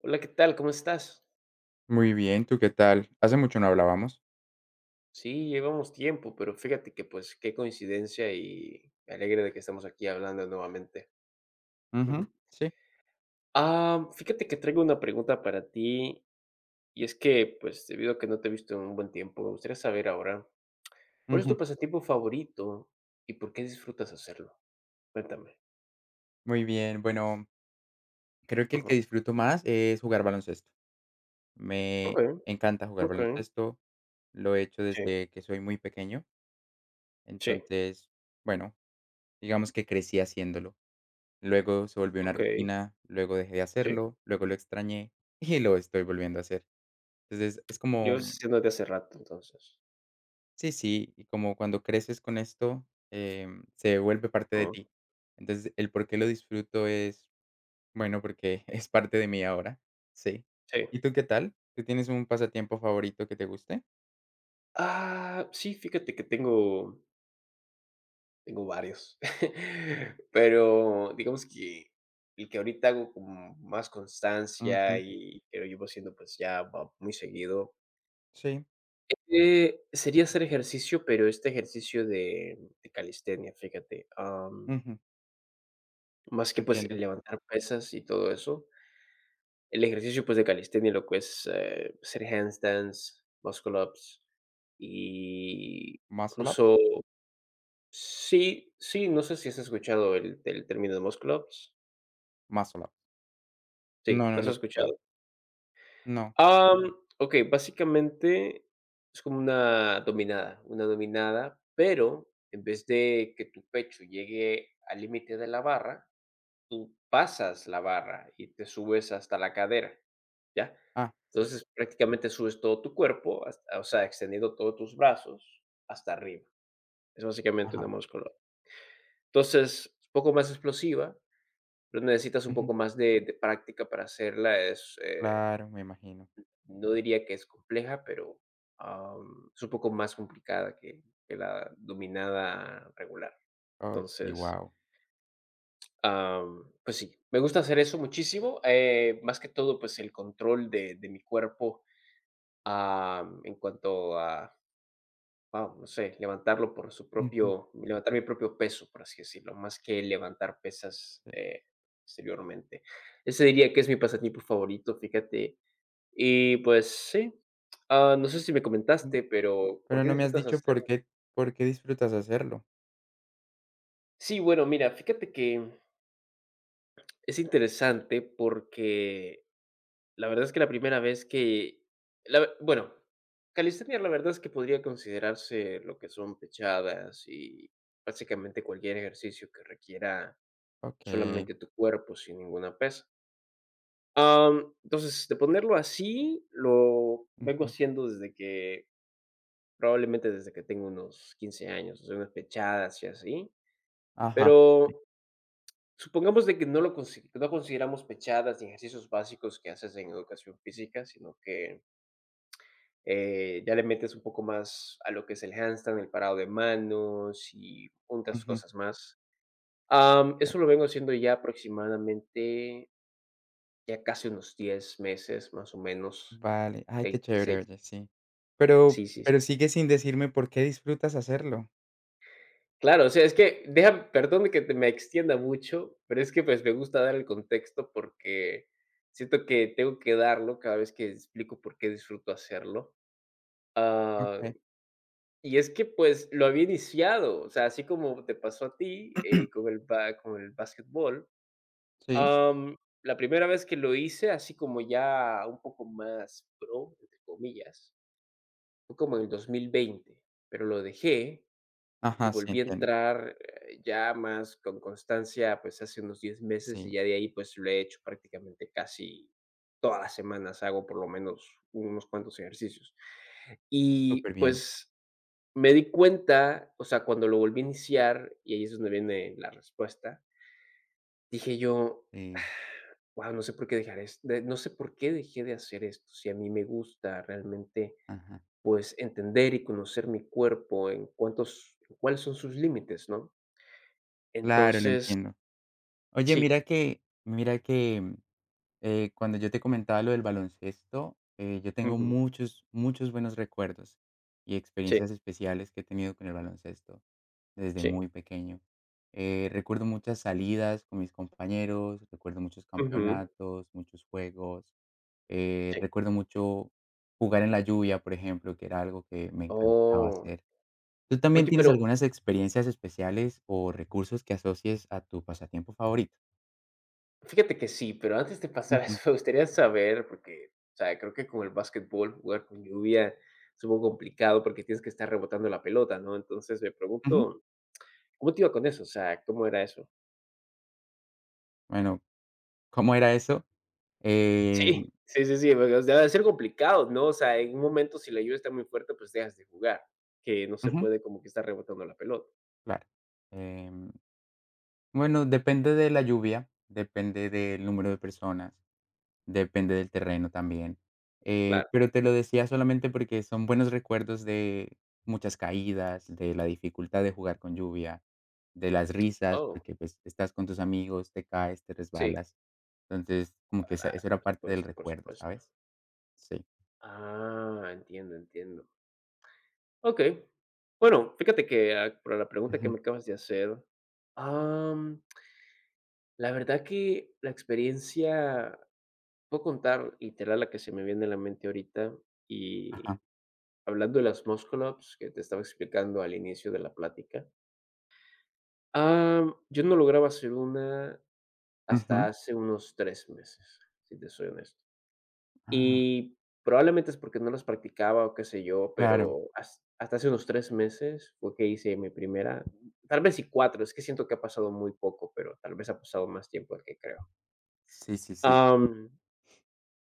Hola, ¿qué tal? ¿Cómo estás? Muy bien, ¿tú qué tal? Hace mucho no hablábamos. Sí, llevamos tiempo, pero fíjate que pues qué coincidencia y me alegra de que estamos aquí hablando nuevamente. Ujú, Ujú. sí. Ah, fíjate que traigo una pregunta para ti y es que pues debido a que no te he visto en un buen tiempo, me gustaría saber ahora, ¿cuál es tu Ujú. pasatiempo favorito y por qué disfrutas hacerlo? Cuéntame. Muy bien, bueno, creo que el Ujú. que disfruto más es jugar baloncesto. Ok, Me encanta jugar ok, baloncesto, lo he hecho sí, desde que soy muy pequeño, sí, entonces, bueno, digamos que crecí haciéndolo. Luego se volvió una ok, rutina, luego dejé de sí. hacerlo, luego lo extrañé y lo estoy volviendo a hacer. Entonces, es como Yo siendo de hace rato, entonces. sí, sí, y como cuando creces con esto, se vuelve parte de Ujú, ti. Entonces, el por qué lo disfruto es, bueno, porque es parte de mí ahora, sí. sí. ¿Y tú qué tal? ¿Tú tienes un pasatiempo favorito que te guste? Ah, sí, fíjate que tengo. Varios. Pero digamos que el que ahorita hago con más constancia Ujú, y que lo llevo haciendo, pues, ya va muy seguido, sí, sería hacer ejercicio, pero este ejercicio de calistenia, fíjate, ujú, más que, pues, entiendo. levantar pesas y todo eso, el ejercicio, pues, de calistenia, lo que es, hacer handstands, muscle ups y ¿Muscle Ups? incluso sí, sí, no sé si has escuchado el término de muscle ups. Muscle Ups. Sí, No, no las lo he he escuchado. escuchado. No. Okey, básicamente es como una dominada, pero en vez de que tu pecho llegue al límite de la barra, tú pasas la barra y te subes hasta la cadera, ¿ya? Ah, sí, Entonces, prácticamente subes todo tu cuerpo, hasta o sea, extendiendo todos tus brazos hasta arriba. Es básicamente una ajá, muscle. Entonces, es un poco más explosiva, pero necesitas un ujú. poco más de práctica para hacerla, Claro, me imagino. no diría que es compleja, pero, es un poco más complicada que la dominada regular. Ay, sí, Entonces, wow, pues sí, me gusta hacer eso muchísimo, más que todo, pues, el control de mi cuerpo, en cuanto a, wao, no sé, levantar mi propio peso, por así decirlo, más que levantar pesas, sí, exteriormente. Ese diría que es mi pasatiempo favorito, fíjate, y pues sí, no sé si me mm, comentaste, pero ¿por pero qué no me has disfrutas dicho hacer? Por qué disfrutas hacerlo. Sí, bueno, mira, fíjate que es interesante porque la verdad es que la primera vez que, bueno, calistenia la verdad es que podría considerarse lo que son pechadas y básicamente cualquier ejercicio que requiera Okey, solamente tu cuerpo sin ninguna pesa. Entonces, de ponerlo así, lo vengo ujú, haciendo desde que probablemente desde que tengo unos 15 años, o sea, unas pechadas y así. ajá. Pero supongamos de que no lo consi no consideramos pechadas ni ejercicios básicos que haces en educación física, sino que, ya le metes un poco más a lo que es el handstand, el parado de manos y otras Ujú, cosas más. Eh, Eso lo vengo haciendo ya aproximadamente, ya casi unos 10 meses, más o menos. vale. Ay, qué Ey, sí, chévere, oye, sí. Pero sí, sí. pero sigue sin decirme por qué disfrutas hacerlo. Claro, o sea, es que deja perdón de que te me extienda mucho, pero es que, pues, me gusta dar el contexto porque siento que tengo que darlo cada vez que explico por qué disfruto hacerlo. Ah, Okey, y es que, pues, lo había iniciado, o sea, así como te pasó a ti, con el ba con el basquetbol, sí. am, la primera vez que lo hice, así como ya un poco más pro, entre comillas, fue como en el 2020, pero lo dejé y Ajá, sí, volví a entiendo. entrar, ya más con constancia, pues, hace unos 10 meses, y Sí, ya de ahí, pues, lo he hecho prácticamente casi todas las semanas, hago por lo menos unos cuantos ejercicios. Y, superbién. pues, me di cuenta, o sea, cuando lo volví a iniciar, y ahí es donde viene la respuesta, dije yo: Sí, "Wow, no sé por qué dejar es de no sé por qué dejé de hacer esto". Si a mí me gusta realmente, ajá. pues, entender y conocer mi cuerpo en cuántos cuáles son sus límites, ¿no? Claro, lo Entonces entiendo. Oye, sí, cuando yo te comentaba lo del baloncesto, yo tengo ujú, muchos, muchos buenos recuerdos y sí, experiencias especiales que he tenido con el baloncesto desde sí, muy pequeño. Recuerdo muchas salidas con mis compañeros, recuerdo muchos ujú, campeonatos, muchos juegos, sí. recuerdo mucho jugar en la lluvia, por ejemplo, que era algo que me encantaba Oh, hacer. ¿Tú también oye, tienes pero algunas experiencias especiales o recursos que asocies a tu pasatiempo favorito? fíjate que sí, pero antes de pasar a Ujú, eso, me gustaría saber, porque, o sea, creo que con el básquetbol jugar con lluvia es un poco complicado porque tienes que estar rebotando la pelota, ¿no? Entonces me ujú. pregunto, ¿cómo te iba con eso? O sea, ¿cómo era eso? Bueno, ¿cómo era eso? Em, Sí, sí, sí, sí, porque, o sea, debe ser complicado, ¿no? O sea, en un momento, si la lluvia está muy fuerte, pues dejas de jugar, que no se ujú, puede como que estar rebotando la pelota. claro. Em, bueno, depende de la lluvia, depende del número de personas. Depende del terreno también. Claro. Pero te lo decía solamente porque son buenos recuerdos de muchas caídas, de la dificultad de jugar con lluvia, de las risas, Oh, porque pues estás con tus amigos, te caes, te sí, resbalas. Entonces, como que esa eso claro, era por parte del supuesto, por recuerdo, supuesto. ¿sabes? Sí. Ah, entiendo, entiendo. Okey. Bueno, fíjate que, para la pregunta que Ujú. me acabas de hacer, am, la verdad que la experiencia puedo contar literal la que se me viene a la mente ahorita, y Ajá. hablando de las muscle ups que te estaba explicando al inicio de la plática, yo no lograba hacer una Ujú. hasta hace unos 3 meses, si te soy honesto. Ah, Y probablemente es porque no las practicaba o qué sé yo, claro. pero hasta hace unos 3 meses fue que hice mi primera, tal vez y 4 es que siento que ha pasado muy poco, pero tal vez ha pasado más tiempo del que creo. Sí, sí, sí. Am,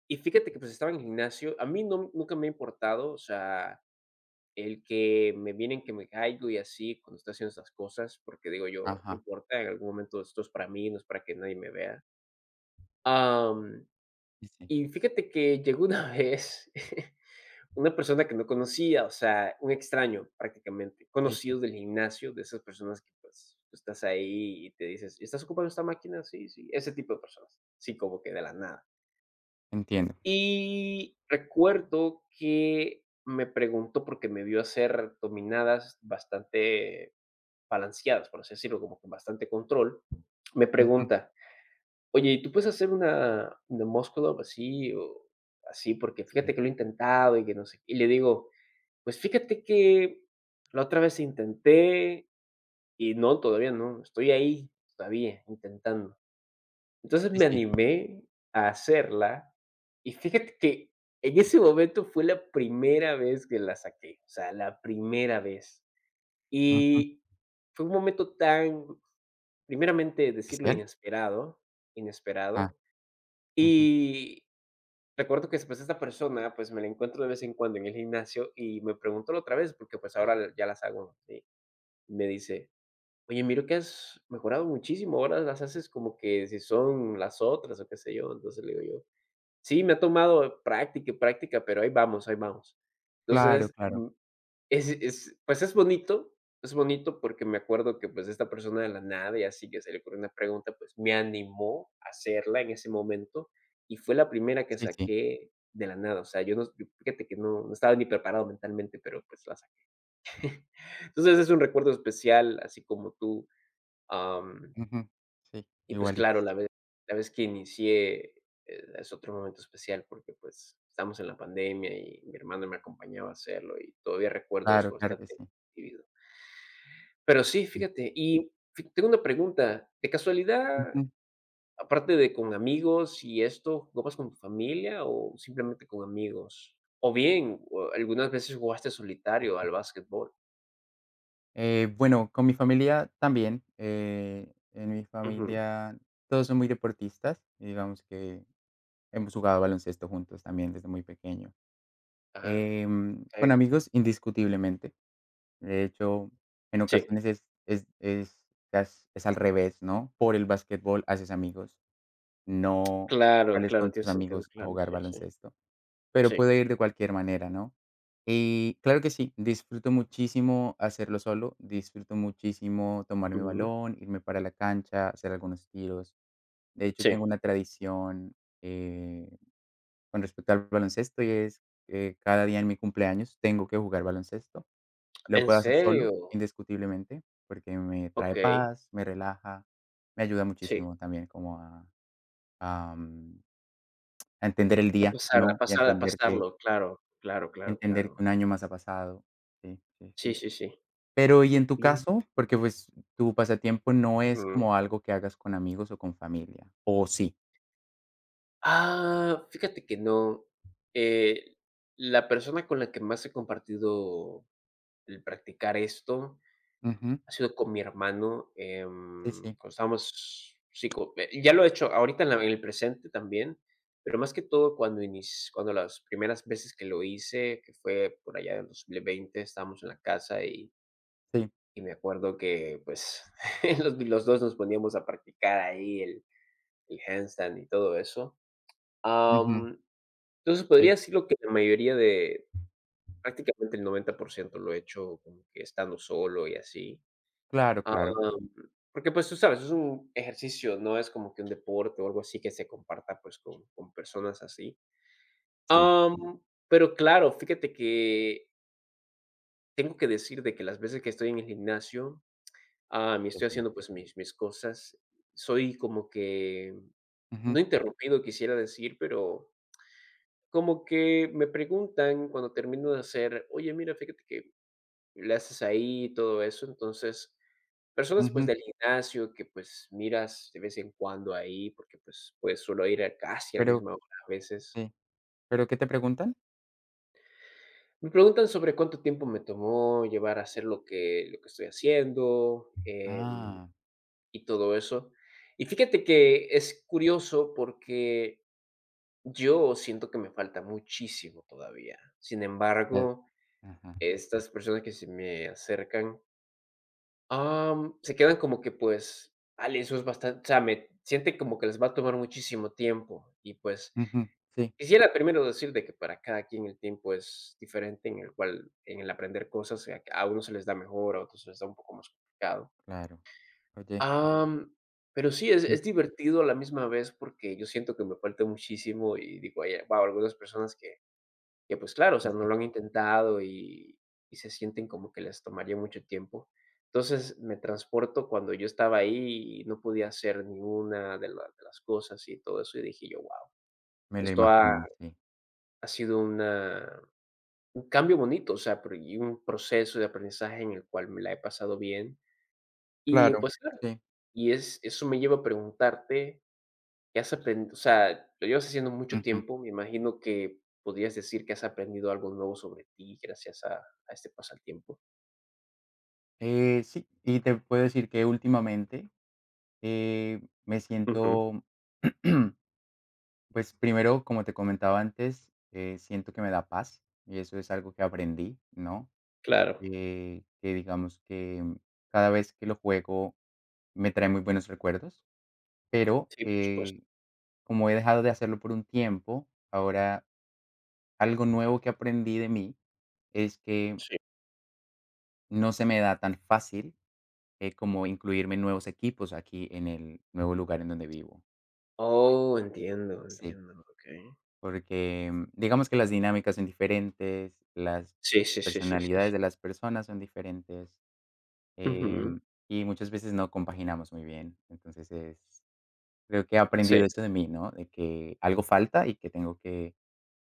y fíjate que, pues, estaba en el gimnasio, a mí nunca me ha importado, o sea, el que me vienen que me caigo y así cuando estoy haciendo esas cosas, porque digo yo: "No Ajá. importa, en algún momento esto es para mí, no es para que nadie me vea". Am, Sí, sí. y fíjate que llegó una vez. Una persona que no conocía, o sea, un extraño prácticamente, Sí, sí. conocidos del gimnasio, de esas personas que pues tú estás ahí y te dices, ¿estás ocupando esta máquina? Sí, sí, ese tipo de personas, sí, como que de la nada. Entiendo. Y recuerdo que me preguntó porque me vio hacer dominadas bastante balanceadas, por así decirlo, como con bastante control. Me Ujú. pregunta, oye, ¿y tú puedes hacer una muscle up así o así? Porque Sí. fíjate que lo he intentado y que no sé qué". Y le digo, pues fíjate que la otra vez intenté y no, todavía no, estoy ahí todavía intentando. Entonces Sí, me sí. animé a hacerla y fíjate que en ese momento fue la primera vez que la saqué, o sea, la primera vez. Ujú. Y fue un momento tan, primeramente decirlo ¿Especial? inesperado, Ah, inesperado. ujú. Y recuerdo que pues esta persona, pues me la encuentro de vez en cuando en el gimnasio y me preguntó la otra vez porque pues ahora ya las hago, ¿sí? Me dice: "Oye, miro que has mejorado muchísimo, ahora las haces como que si son las otras", o qué sé yo. Entonces le digo yo: "Sí, me ha tomado práctica y práctica, pero ahí vamos, ahí vamos". Claro, Entonces, claro. Pues, es bonito porque me acuerdo que, pues, esta persona de la nada y así que se le ocurrió una pregunta, pues, me animó a hacerla en ese momento y fue la primera que Sí, sí. saqué de la nada. O sea, yo no s fíjate que no estaba ni preparado mentalmente, pero, pues, la saqué. Entonces, es un recuerdo especial, así como tú. Am, Ujú, sí, y pues claro, la igualitos. vez la vez que inicié, es otro momento especial porque, pues, estamos en la pandemia y mi hermano me acompañaba a hacerlo y todavía recuerdo Claro, eso claro que bastante sí. vivido. Pero sí, Mm. fíjate, y fi tengo una pregunta, de casualidad, Ujú. aparte de con amigos y esto, ¿jugabas con tu familia o simplemente con amigos? O bien, o algunas veces jugaste solitario al básquetbol. Bueno, con mi familia también, en mi Ujú. familia todos son muy deportistas y digamos que hemos jugado baloncesto juntos también desde muy pequeño. Ah, Con eh, amigos, indiscutiblemente. De hecho, en sí, ocasiones es al revés, ¿no? Por el básquetbol haces amigos, no claro, sales claro, con tiene tus sentido, amigos a claro, jugar sí, sí, baloncesto. Pero sí, puede ir de cualquier manera, ¿no? Y claro que sí, disfruto muchísimo hacerlo solo, disfruto muchísimo tomar mi balón, irme para la cancha, hacer algunos tiros. De hecho, sí. tengo una tradición eh, con respecto al baloncesto y es que cada día en mi cumpleaños tengo que jugar baloncesto. Lo ¿En puedo hacer solo, serio? indiscutiblemente, porque me trae Okey, paz, me relaja, me ayuda sí. muchísimo también como a, a entender el día, ¿no? Y a A entender que pasarlo, claro, claro, claro, claro. entender que un año más ha pasado. Sí, sí, Sí, sí. sí, sí. Pero, y en tu Bien. caso, porque, pues, tu pasatiempo no es Ujú. como algo que hagas con amigos o con familia, ¿o sí? Ah, fíjate que no. Eh, la persona con la que más he compartido el practicar esto Ujú. ha sido con mi hermano, Sí, sí, cuando estábamos sí, ya lo he hecho ahorita en el presente también, pero más que todo cuando inici cuando las primeras veces que lo hice, que fue por allá del 20 estábamos en la casa y sí. y me acuerdo que, pues, los 2 nos poníamos a practicar ahí el handstand y todo eso. Ujú, Am, entonces, sí. podría decirlo que la mayoría de prácticamente el 90% lo he hecho como que estando solo y así. Claro, Am, claro. Porque, pues, tú sabes, es un ejercicio, no es como que un deporte o algo así que se comparta, pues, con personas así. Sí, Am, pero claro, fíjate que tengo que decir de que las veces que estoy en el gimnasio, y sí, estoy sí. haciendo, pues, mis cosas, soy como que, Ujú, no interrumpido quisiera decir, pero como que me preguntan cuando termino de hacer: "Oye, mira, fíjate que le haces ahí", y todo eso. Entonces personas, pues, ujú. del gimnasio que, pues, miras de vez en cuando ahí, porque, suelo ir a casi a la Pero misma hora a veces. sí, ¿pero qué te preguntan? Me preguntan sobre cuánto tiempo me tomó llevar a hacer lo que estoy haciendo, Ah, y todo eso. Y fíjate que es curioso porque yo siento que me falta muchísimo todavía. Sin eh, embargo, ajá. estas personas que se me acercan, se quedan como que, pues, ale, eso es bastante o sea, me siente como que les va a tomar muchísimo tiempo y, pues, Ujú. Sí, quisiera primero decir de que para cada quien el tiempo es diferente, en el cual en el aprender cosas, a uno se les da mejor, a otros se les da un poco más complicado. claro. Oye, Am, pero sí, es mm, es divertido a la misma vez porque yo siento que me falta muchísimo y digo: "Ay, algunas personas pues claro, o sea, sí, no sí, lo han intentado y se sienten como que les tomaría mucho tiempo. Entonces, me transporto cuando yo estaba ahí y no podía hacer ninguna de las cosas y todo eso, y dije yo: "Wow, me lo esto ha imagino, sí. ha sido una un cambio bonito", o sea, pero y un proceso de aprendizaje en el cual me la he pasado bien. Y, Claro, pues, claro, sí. y es eso me lleva a preguntarte, ¿qué has aprendido? O sea, lo llevas haciendo mucho Ujú. tiempo, me imagino que podrías decir que has aprendido algo nuevo sobre ti gracias a este pasatiempo. Sí, y te puedo decir que últimamente me Ujú, siento, pues primero, como te comentaba antes, siento que me da paz y eso es algo que aprendí, ¿no? claro, Que digamos que cada vez que lo juego me trae muy buenos recuerdos, pero sí, por supuesto, que como he dejado de hacerlo por un tiempo, ahora algo nuevo que aprendí de mí es que sí. no se me da tan fácil como incluirme en nuevos equipos aquí en el nuevo lugar en donde vivo. Oh, entiendo, Sí. entiendo, ok. Porque, digamos que las dinámicas son diferentes, las Sí, sí, sí, sí, sí, personalidades sí. de las personas son diferentes, Ujú, em, y muchas veces no compaginamos muy bien. Entonces, es creo que he aprendido sí, eso de mí, ¿no? De que algo falta y que tengo que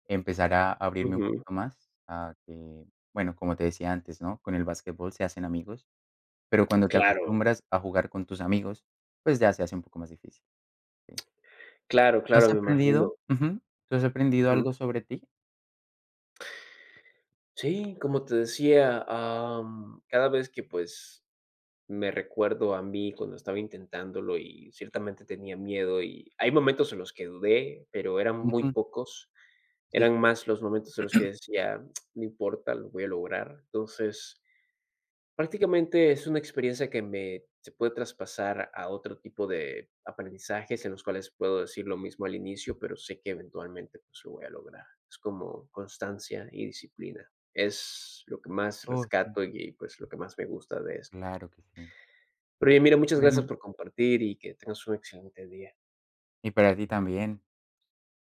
empezar a abrirme un ujú. poquito más a que, bueno, como te decía antes, ¿no? Con el básquetbol se hacen amigos, pero cuando te Claro, acostumbras a jugar con tus amigos, pues ya se hace un poco más difícil, sí. claro, ¿Tú has claro, me aprendido? imagino. Ujú. ¿Tú has aprendido Ujú. algo sobre ti? Sí, como te decía, cada vez que pues me recuerdo a mí cuando estaba intentándolo y ciertamente tenía miedo y hay momentos en los que dudé, pero eran muy Ujú. pocos. Sí, Eran sí. más los momentos en los que decía: "Tsk, no importa, lo voy a lograr". Entonces, prácticamente es una experiencia que me se puede traspasar a otro tipo de aprendizajes en los cuales puedo decir lo mismo al inicio, pero sé que eventualmente, pues, lo voy a lograr. Es como constancia y disciplina. Es lo que más Oh, sí, rescato y, pues, lo que más me gusta de esto. claro que sí. Pero oye, mira, muchas gracias Bueno, por compartir y que tengas un excelente día. y para ti también,